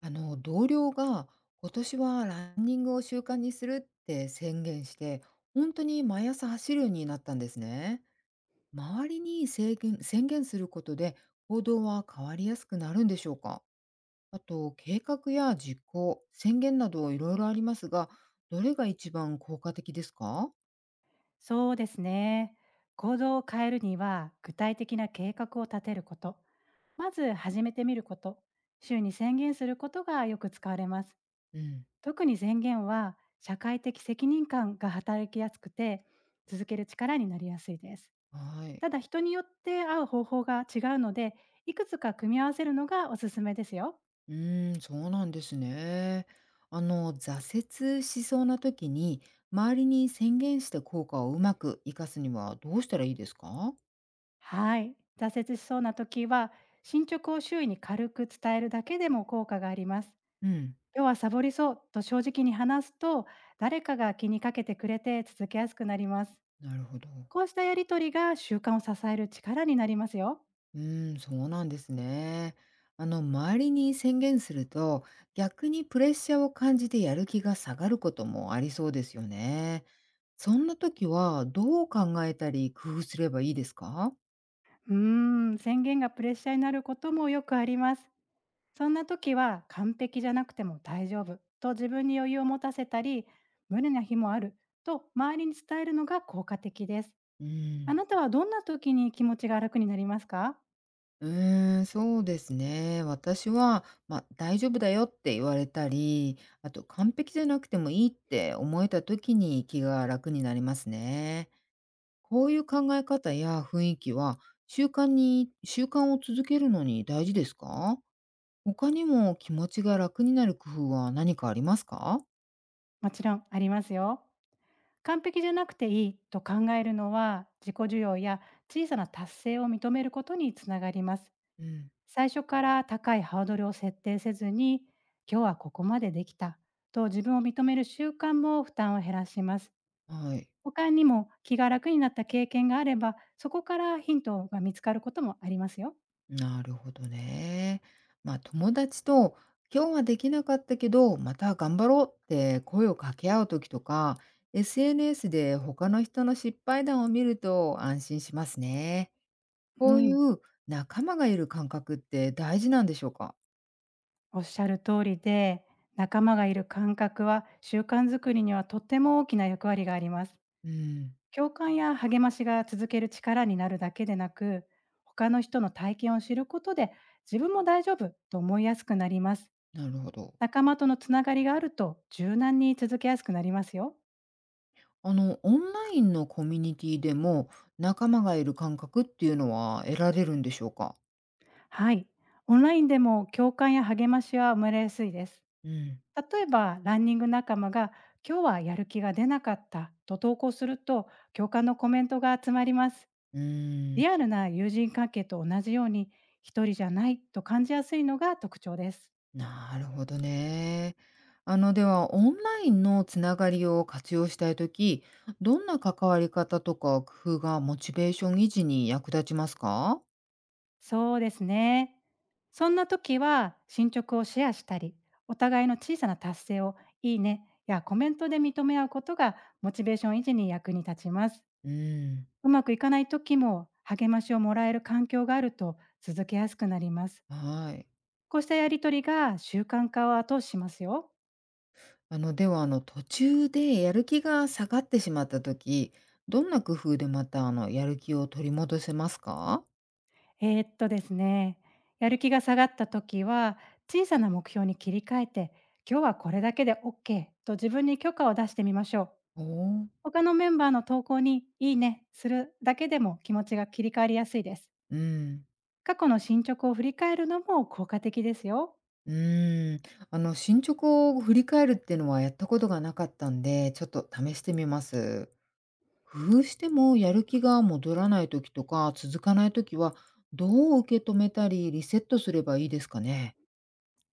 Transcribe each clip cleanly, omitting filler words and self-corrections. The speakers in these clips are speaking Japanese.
同僚が今年はランニングを習慣にするって宣言して、本当に毎朝走るようになったんですね。周りに制限宣言することで行動は変わりやすくなるんでしょうか？あと計画や実行宣言などいろいろありますが、どれが一番効果的ですか？そうですね。行動を変えるには、具体的な計画を立てること、まず始めてみること、週に宣言することがよく使われます。うん。特に宣言は、社会的責任感が働きやすくて、続ける力になりやすいです。はい。ただ、人によって合う方法が違うので、いくつか組み合わせるのがおすすめですよ。うーん、そうなんですね。挫折しそうな時に、周りに宣言して効果をうまく活かすにはどうしたらいいですか？はい。挫折しそうな時は、進捗を周囲に軽く伝えるだけでも効果があります。うん、要はサボりそうと正直に話すと、誰かが気にかけてくれて続けやすくなります。なるほど。こうしたやりとりが習慣を支える力になりますよ。うーん、そうなんですね。周りに宣言すると、逆にプレッシャーを感じてやる気が下がることもありそうですよね。そんな時は、どう考えたり工夫すればいいですか？うーん、宣言がプレッシャーになることもよくあります。そんな時は、完璧じゃなくても大丈夫と自分に余裕を持たせたり、無理な日もあると周りに伝えるのが効果的です。うあん。なたはどんな時に気持ちが楽になりますか？うーん、そうですね。私は、まあ、大丈夫だよって言われたり、あと完璧じゃなくてもいいって思えた時に気が楽になりますね。こういう考え方や雰囲気は、習慣を続けるのに大事ですか？他にも気持ちが楽になる工夫は何かありますか？もちろんありますよ。完璧じゃなくていいと考えるのは、自己需要や小さな達成を認めることにつながります。うん。最初から高いハードルを設定せずに、今日はここまでできたと自分を認める習慣も負担を減らします。はい。他にも気が楽になった経験があれば、そこからヒントが見つかることもありますよ。なるほどね。まあ、友達と今日はできなかったけど、また頑張ろうって声を掛け合う時とか、SNS で他の人の失敗談を見ると安心しますね。うこういん、う仲間がいる感覚って大事なんでしょうか？おっしゃる通りで、仲間がいる感覚は習慣づくりにはとても大きな役割があります。うん、共感や励ましが続ける力になるだけでなく、他の人の体験を知ることで、自分も大丈夫と思いやすくなります。なるほど。仲間とのつながりがあると、柔軟に続けやすくなりますよ。オンラインのコミュニティでも仲間がいる感覚っていうのは得られるんでしょうか？はい。オンラインでも共感や励ましは生まれやすいです。うん。例えば、ランニング仲間が、今日はやる気が出なかったと投稿すると、共感のコメントが集まります。うーん、リアルな友人関係と同じように、一人じゃないと感じやすいのが特徴です。なるほどね。あの、では、オンラインのつながりを活用したいとき、どんな関わり方とか工夫がモチベーション維持に役立ちますか？そうですね。そんな時は、進捗をシェアしたり、お互いの小さな達成をいいねやコメントで認め合うことが、モチベーション維持に役に立ちます。うん。うまくいかない時も励ましをもらえる環境があると続けやすくなります。はい。こうしたやりとりが習慣化を後押ししますよ。あの、では、途中でやる気が下がってしまったとき、どんな工夫でまた、やる気を取り戻せますか？ですね、やる気が下がった時は、小さな目標に切り替えて、今日はこれだけで OK と自分に許可を出してみましょう。おおー。他のメンバーの投稿にいいねするだけでも気持ちが切り替わりやすいです。うん。過去の進捗を振り返るのも効果的ですよ。うーん。進捗を振り返るっていうのはやったことがなかったんで、ちょっと試してみます。工夫してもやる気が戻らない時とか続かない時は、どう受け止めたりリセットすればいいですかね？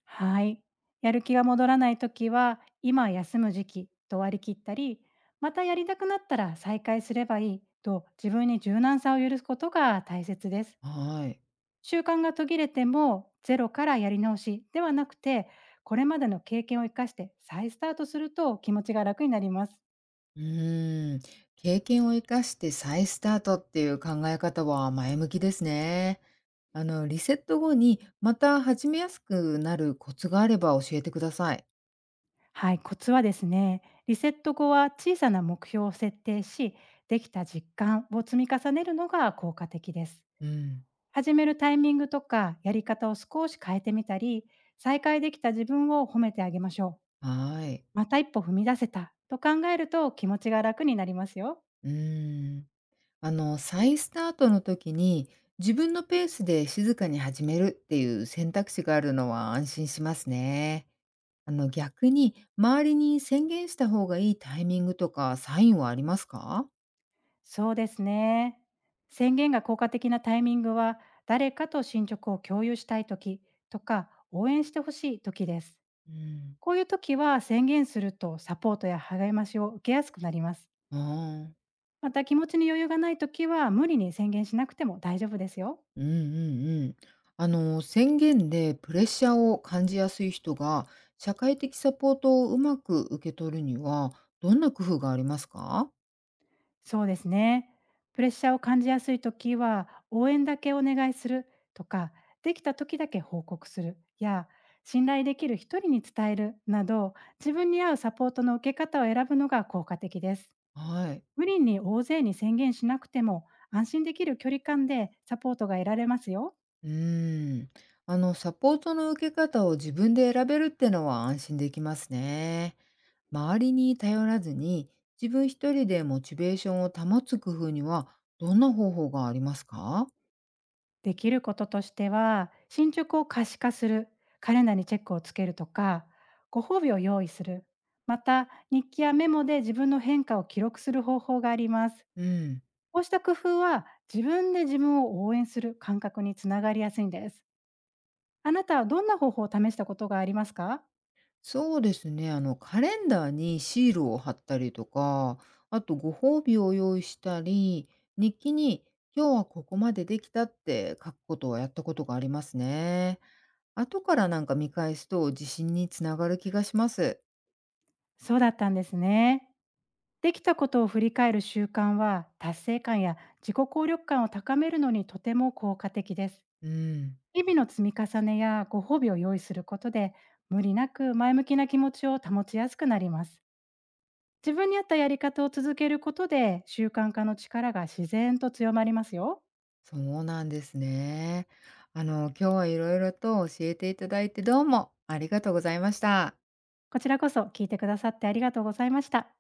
はい。やる気が戻らないときは、今休む時期と割り切ったり、またやりたくなったら再開すればいいと自分に柔軟さを許すことが大切です。はい。習慣が途切れてもゼロからやり直しではなくて、これまでの経験を生かして再スタートすると気持ちが楽になります。うーん、経験を生かして再スタートっていう考え方は前向きですね。リセット後にまた始めやすくなるコツがあれば教えてください。はい、コツはですね、リセット後は小さな目標を設定し、できた実感を積み重ねるのが効果的です。うん。始めるタイミングとかやり方を少し変えてみたり、再開できた自分を褒めてあげましょう。はい。また一歩踏み出せたと考えると気持ちが楽になりますよ。うーん。再スタートの時に、自分のペースで静かに始めるっていう選択肢があるのは安心しますね。あの、逆に、周りに宣言した方がいいタイミングとかサインはありますか？そうですね。宣言が効果的なタイミングは、誰かと進捗を共有したいときとか、応援してほしいときです。うん、こういう時は宣言するとサポートや励ましを受けやすくなります。ああ、また気持ちに余裕がない時は無理に宣言しなくても大丈夫ですよ。うんうんうん。宣言でプレッシャーを感じやすい人が、社会的サポートをうまく受け取るには、どんな工夫がありますか？そうですね。プレッシャーを感じやすい時は、応援だけお願いするとか、できた時だけ報告するや、信頼できる一人に伝えるなど、自分に合うサポートの受け方を選ぶのが効果的です。はい。無理に大勢に宣言しなくても、安心できる距離感でサポートが得られますよ。うーん。サポートの受け方を自分で選べるってのは安心できますね。周りに頼らずに、自分一人でモチベーションを保つ工夫には、どんな方法がありますか？できることとしては、進捗を可視化する、カレンダーにチェックをつけるとか、ご褒美を用意する、また日記やメモで自分の変化を記録する方法があります。うん。こうした工夫は、自分で自分を応援する感覚につながりやすいんです。あなたはどんな方法を試したことがありますか？そうですね。あの、カレンダーにシールを貼ったりとか、あとご褒美を用意したり、日記に今日はここまでできたって書くことをやったことがありますね。後からなんか見返すと自信につながる気がします。そうだったんですね。できたことを振り返る習慣は、達成感や自己効力感を高めるのにとても効果的です。うん、日々の積み重ねやご褒美を用意することで、無理なく前向きな気持ちを保ちやすくなります。自分に合ったやり方を続けることで、習慣化の力が自然と強まりますよ。そうなんですね。今日は色々と教えていただいて、どうもありがとうございました。こちらこそ聞いてくださってありがとうございました。